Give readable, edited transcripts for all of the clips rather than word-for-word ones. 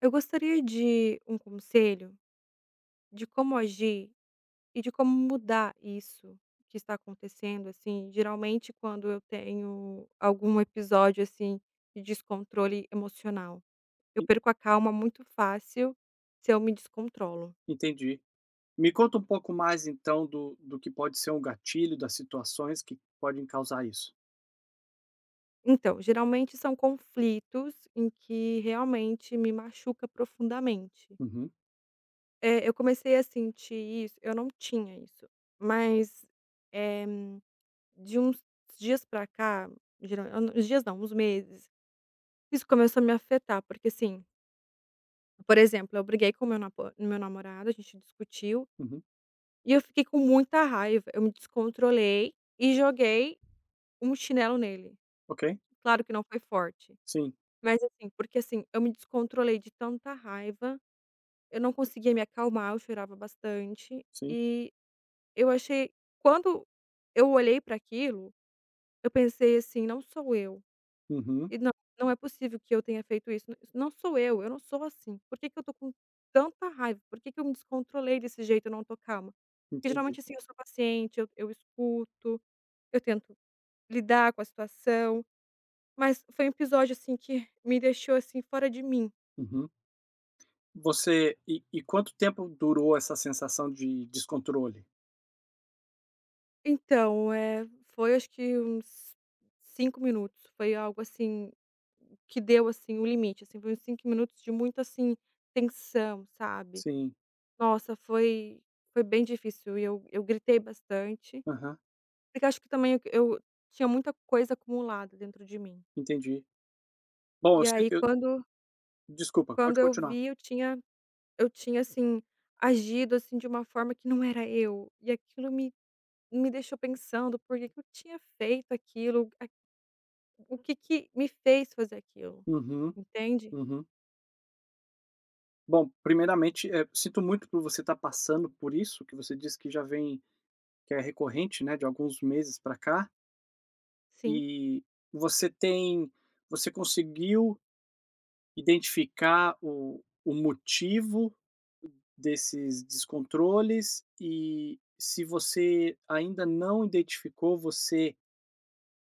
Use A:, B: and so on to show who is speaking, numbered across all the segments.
A: Eu gostaria de um conselho de como agir e de como mudar isso que está acontecendo, assim. Geralmente, quando eu tenho algum episódio, assim, de descontrole emocional, eu
B: En
A: perco a calma muito fácil se eu me descontrolo.
B: entendi. Me conta um pouco mais então do que pode ser um gatilho, das situações que podem causar isso.
A: Então, geralmente são conflitos em que realmente me machuca profundamente.
B: Uhum,
A: Eu comecei a sentir isso, eu não tinha isso, mas, eh de uns dias pra cá, geral eu não uns dias não, uns meses, isso começou a me afetar, porque assim, por exemplo, eu briguei com o meu namorado, a gente discutiu,
B: uhum.
A: e eu fiquei com muita raiva, eu me descontrolei e joguei um chinelo nele.
B: Ok.
A: Claro que não foi forte,
B: Sim,
A: mas assim, porque assim, eu me descontrolei de tanta raiva, eu não conseguia me acalmar, eu chorava bastante,
B: sim.
A: e eu achei, quando eu olhei para aquilo, eu pensei assim: "Não sou eu".
B: Uhum,
A: E não, não é possível que eu tenha feito isso, isso não sou eu não sou assim. Por que que eu tô com tanta raiva? Por que que eu me descontrolei desse jeito, eu não tô calma? Porque
B: entendi.
A: geralmente assim, eu sou paciente, eu escuto, eu tento lidar com a situação, mas foi um episódio assim que me deixou assim fora de mim.
B: Uhum. Você e quanto tempo durou essa sensação de descontrole?
A: Então, foi acho que uns 5 minutos, foi algo assim, que deu assim o limite, assim, foi uns 5 minutos de muito assim, tensão, sabe?
B: Sim.
A: Nossa, foi bem difícil e eu gritei bastante,
B: Aham,
A: porque acho que também eu tinha muita coisa acumulada dentro de mim.
B: entendi. Bom,
A: E
B: eu si
A: aí
B: eu desculpa, pode
A: quando eu
B: continuar.
A: vi eu tinha, assim, agido, assim, de uma forma que não era eu, e aquilo me deixou pensando por que que eu tinha feito aquilo, a o que que me fez fazer aquilo,
B: Uhum,
A: entende?
B: uhum. Bom, primeiramente, sinto muito por você estar passando por isso, que você disse que já vem que é recorrente, né, de alguns meses para cá.
A: Sim.
B: E você tem você conseguiu identificar o motivo desses descontroles, e se você ainda não identificou, você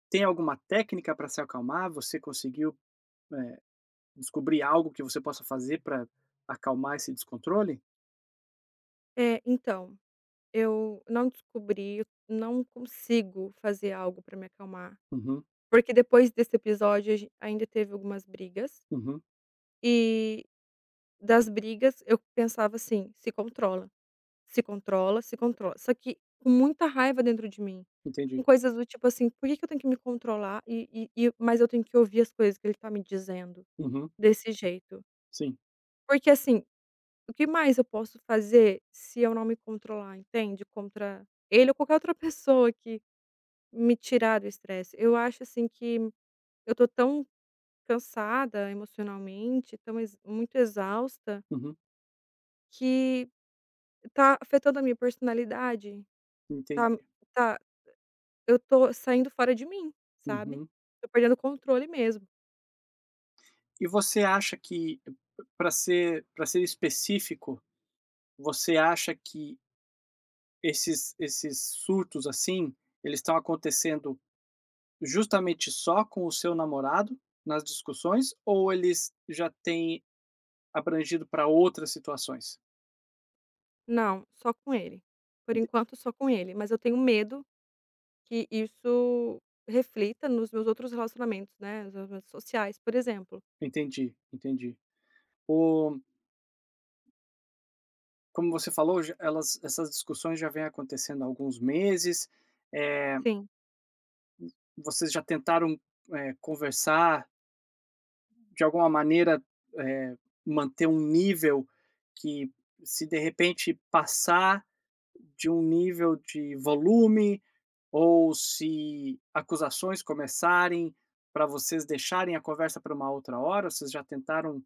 B: tem alguma técnica para se acalmar? Você conseguiu, eh, descobrir algo que você possa fazer para acalmar esse descontrole?
A: É, então, eu não descobri, eu não consigo fazer algo para me acalmar.
B: Uhum,
A: Porque depois desse episódio a gen ainda teve algumas brigas,
B: uhum,
A: e das brigas eu pensava assim: "Se controla, se controla, se controla". Só que com muita raiva dentro de mim, com
B: entendi.
A: coisas do tipo assim: "Por que que eu tenho que me controlar e mas eu tenho que ouvir as coisas que ele tá me dizendo
B: Uhum,
A: desse jeito?".
B: sim,
A: Porque assim, o que mais eu posso fazer se eu não me controlar, entende? Contra ele ou qualquer outra pessoa que me tirar do estresse. Eu acho assim que eu tô tão cansada emocionalmente, tão ex muito exausta,
B: uhum,
A: que tá afetando a minha personalidade, tá
B: entendi.
A: tá eu tô saindo fora de mim, sabe.
B: Uhum.
A: Tô perdendo o controle mesmo.
B: E você acha que para ser específico. Você acha que esses surtos, assim, eles estão acontecendo justamente só com o seu namorado, nas discussões, ou eles já têm abrangido para outras situações?
A: Não, só com ele. Por
B: Enten
A: enquanto, só com ele, mas eu tenho medo que isso reflita nos meus outros relacionamentos, né, nos relacionamentos sociais, por exemplo.
B: Entendi, entendi. O Como você falou, já elas essas discussões já vêm acontecendo há alguns meses, eh,
A: Sim.
B: vocês já tentaram, conversar de alguma maneira, eh, manter um nível que se de repente passar, de um nível de volume, ou se acusações começarem para vocês deixarem a conversa para uma outra hora? Vocês já tentaram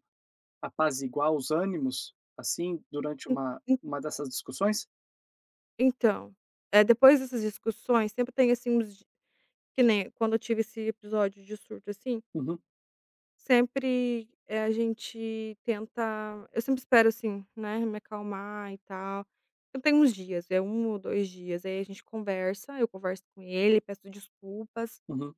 B: apaziguar os ânimos, assim, durante
A: En
B: uma
A: en
B: uma dessas discussões?
A: então, depois dessas discussões sempre tem, assim, uns di que nem quando eu tive esse episódio de surto, assim.
B: Uhum,
A: Sempre, a gente tenta eu sempre espero, assim, né, me acalmar e tal. Eu tenho uns dias, é um ou 2 dias, aí a gente conversa, eu converso com ele, peço desculpas,
B: uhum,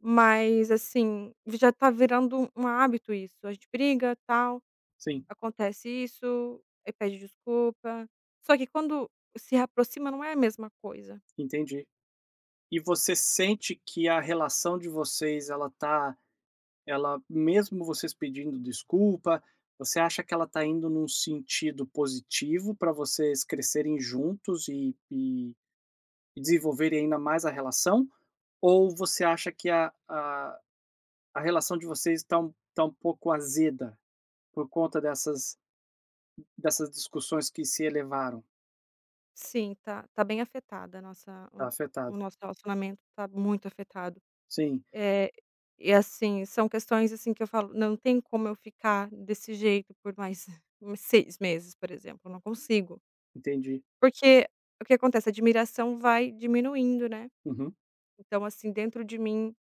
A: mas, assim, já tá virando um hábito isso. A gente briga, tal,
B: sim,
A: acontece isso, aí pede desculpa. Só que quando se aproxima não é a mesma coisa.
B: entendi. E você sente que a relação de vocês ela mesmo vocês pedindo desculpa, você acha que ela tá indo num sentido positivo para vocês crescerem juntos e desenvolverem ainda mais a relação? Ou você acha que a relação de vocês tá um pouco azeda por conta dessas discussões que se elevaram?
A: Sim, tá bem afetada a nossa
B: Está afetado.
A: o nosso relacionamento, tá muito afetado.
B: Sim,
A: Eh, e assim, são questões, assim, que eu falo: "Não tem como eu ficar desse jeito por mais uns 6 meses", por exemplo, eu não consigo.
B: entendi.
A: Porque o que acontece, a admiração vai diminuindo, né.
B: Uhum,
A: Então, assim, dentro de mim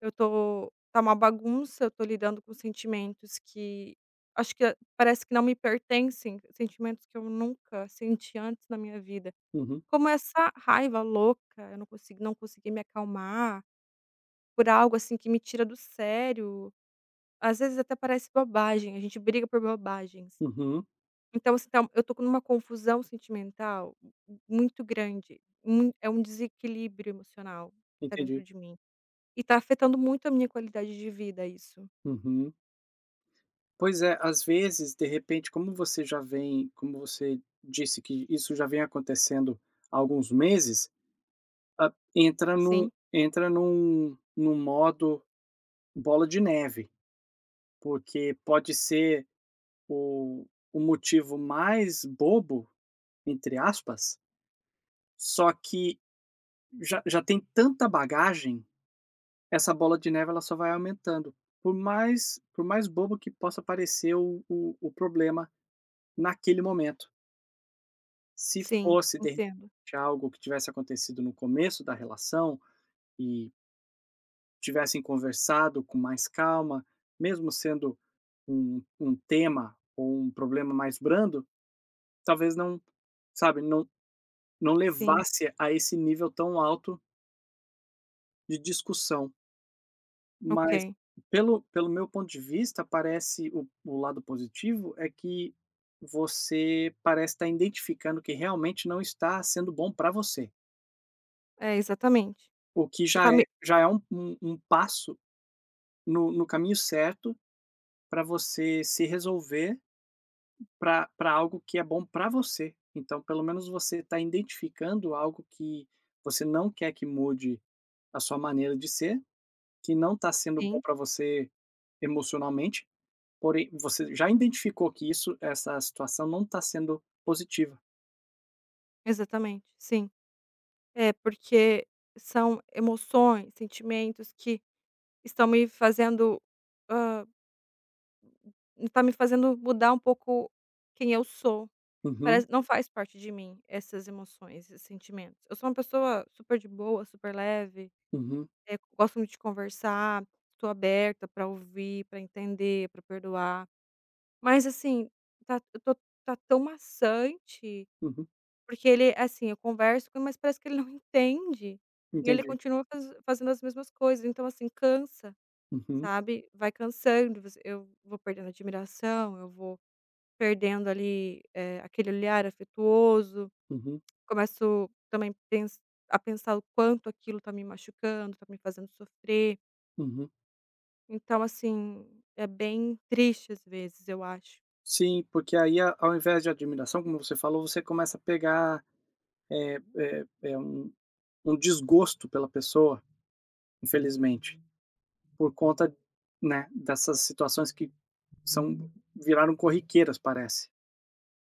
A: eu tô tá uma bagunça, eu tô lidando com sentimentos que acho que parece que não me pertencem, sentimentos que eu nunca senti antes na minha vida.
B: uhum,
A: Como essa raiva louca, eu não consigo não consegui me acalmar por algo, assim, que me tira do sério. Às vezes até parece bobagem, a gente briga por bobagens.
B: uhum,
A: Então assim, eu estou numa confusão sentimental muito grande, mui é um desequilíbrio emocional que tá dentro
B: entendi.
A: de mim. E tá afetando muito a minha qualidade de vida isso.
B: Uhum. Pois é, às vezes, de repente, como você já vem, como você disse que isso já vem acontecendo há alguns meses, entra
A: Sim,
B: num modo bola de neve, porque pode ser o o motivo mais "bobo", entre aspas, só que já tem tanta bagagem, essa bola de neve ela só vai aumentando. Por mais bobo que possa parecer o problema naquele momento. Se
A: sim,
B: fosse, de
A: entendo.
B: repente, algo que tivesse acontecido no começo da relação e tivessem conversado com mais calma, mesmo sendo um tema ou um problema mais brando, talvez não, sabe, não
A: Sim,
B: levasse a esse nível tão alto de discussão. Mas
A: ok.
B: pelo meu ponto de vista, parece o lado positivo é que você parece estar identificando que realmente não está sendo bom para você,
A: É, exatamente.
B: o que
A: Eu
B: já
A: tá
B: é
A: me
B: já é um um passo no caminho certo para você se resolver para pra algo que é bom para você. Então pelo menos você está identificando algo que você não quer que mude a sua maneira de ser. Que não está sendo bom
A: sim,
B: para você emocionalmente, porém você já identificou que essa situação não está sendo positiva.
A: exatamente, sim. É, porque são emoções, sentimentos que estão me fazendo, hã, tá me fazendo mudar um pouco quem eu sou.
B: Uhum,
A: Parece não faz parte de mim essas emoções, esses sentimentos. Eu sou uma pessoa super de boa, super leve,
B: uhum,
A: gosto muito de conversar, estou aberta para ouvir, para entender, para perdoar. Mas assim, tá eu tô tá tão maçante,
B: uhum.
A: porque ele assim, eu converso com ele, mas parece que ele não entende, e ele
B: Entendi.
A: continua fazendo as mesmas coisas, então assim, cansa,
B: Uhum,
A: sabe. Vai cansando, você eu vou perdendo admiração, eu vou perdendo ali, aquele olhar afetuoso.
B: uhum,
A: Começo também pens a pensar o quanto aquilo tá me machucando, tá me fazendo sofrer.
B: uhum.
A: Então, assim, é bem triste às vezes, eu acho.
B: Sim, porque aí a ao invés de admiração, como você falou, você começa a pegar, um desgosto pela pessoa, infelizmente, por conta, né, dessas situações que são viraram corriqueiras, parece.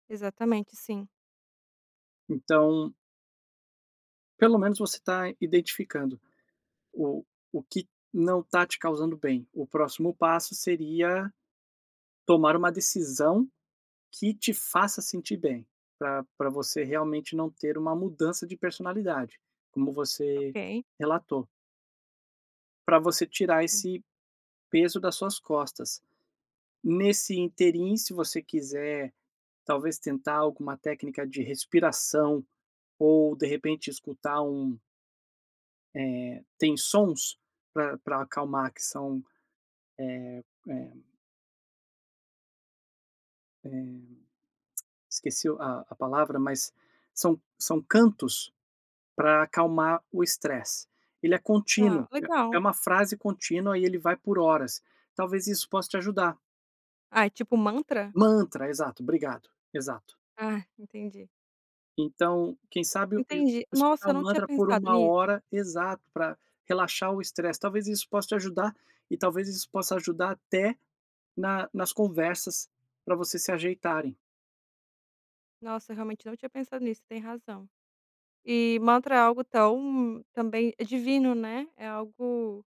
A: Exatamente, sim.
B: Então, pelo menos você está identificando o, o que não está te causando bem. O próximo passo seria tomar uma decisão que te faça sentir bem, para você realmente não ter uma mudança de personalidade, como você
A: Ok,
B: relatou, para você tirar
A: sim.
B: esse peso das suas costas. Nesse interim, se você quiser, talvez tentar alguma técnica de respiração ou de repente escutar um é, tem sons para acalmar que são é, é, esqueci a palavra, mas são cantos para acalmar o estresse. Ele é
A: Ah,
B: contínuo, é
A: legal.
B: uma frase contínua e ele vai por horas. Talvez isso possa te ajudar.
A: Ah, é tipo mantra?
B: Mantra, exato, obrigado, exato.
A: Ah, entendi.
B: Então, quem sabe o e
A: Entendi.
B: escutar
A: Nossa, eu
B: um
A: não tinha
B: mantra por
A: pensado
B: uma
A: nisso.
B: hora, exato, para relaxar o estresse. Talvez isso possa te ajudar e talvez isso possa ajudar até na nas conversas para vocês se ajeitarem.
A: Nossa, eu realmente não tinha pensado nisso, tem razão. E mantra é algo tão também é divino, né, é algo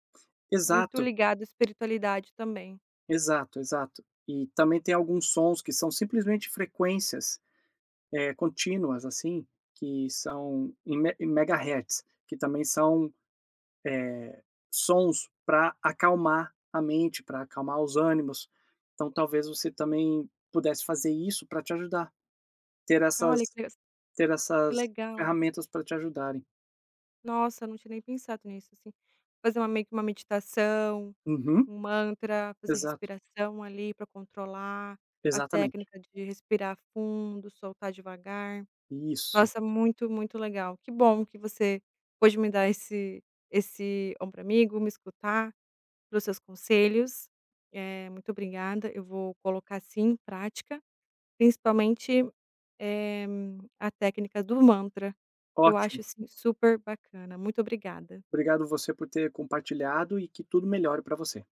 A: muito
B: Exato.
A: ligado à espiritualidade também.
B: Exato, exato. E também tem alguns sons que são simplesmente frequências, contínuas, assim, que são em me em megahertz, que também são sons para acalmar a mente, para acalmar os ânimos. Então talvez você também pudesse fazer isso para te ajudar, ter
A: Olha,
B: essas ter
A: que
B: essas
A: legal.
B: ferramentas para te ajudarem.
A: Nossa, eu não tinha nem pensado nisso, assim. Fazer uma meio que uma meditação,
B: Uhum,
A: um mantra, fazer
B: exato,
A: respiração ali para controlar, a
B: exatamente.
A: técnica de respirar fundo, soltar devagar.
B: Isso,
A: Nossa, muito, muito legal. Que bom que você pôde me dar esse ombro amigo, me escutar, os seus conselhos. É muito obrigada. Eu vou colocar sim em prática, principalmente, eh, a técnica do mantra, que eu acho,
B: ótimo.
A: assim, super bacana. Muito obrigada.
B: Obrigado você por ter compartilhado e que tudo melhore para você.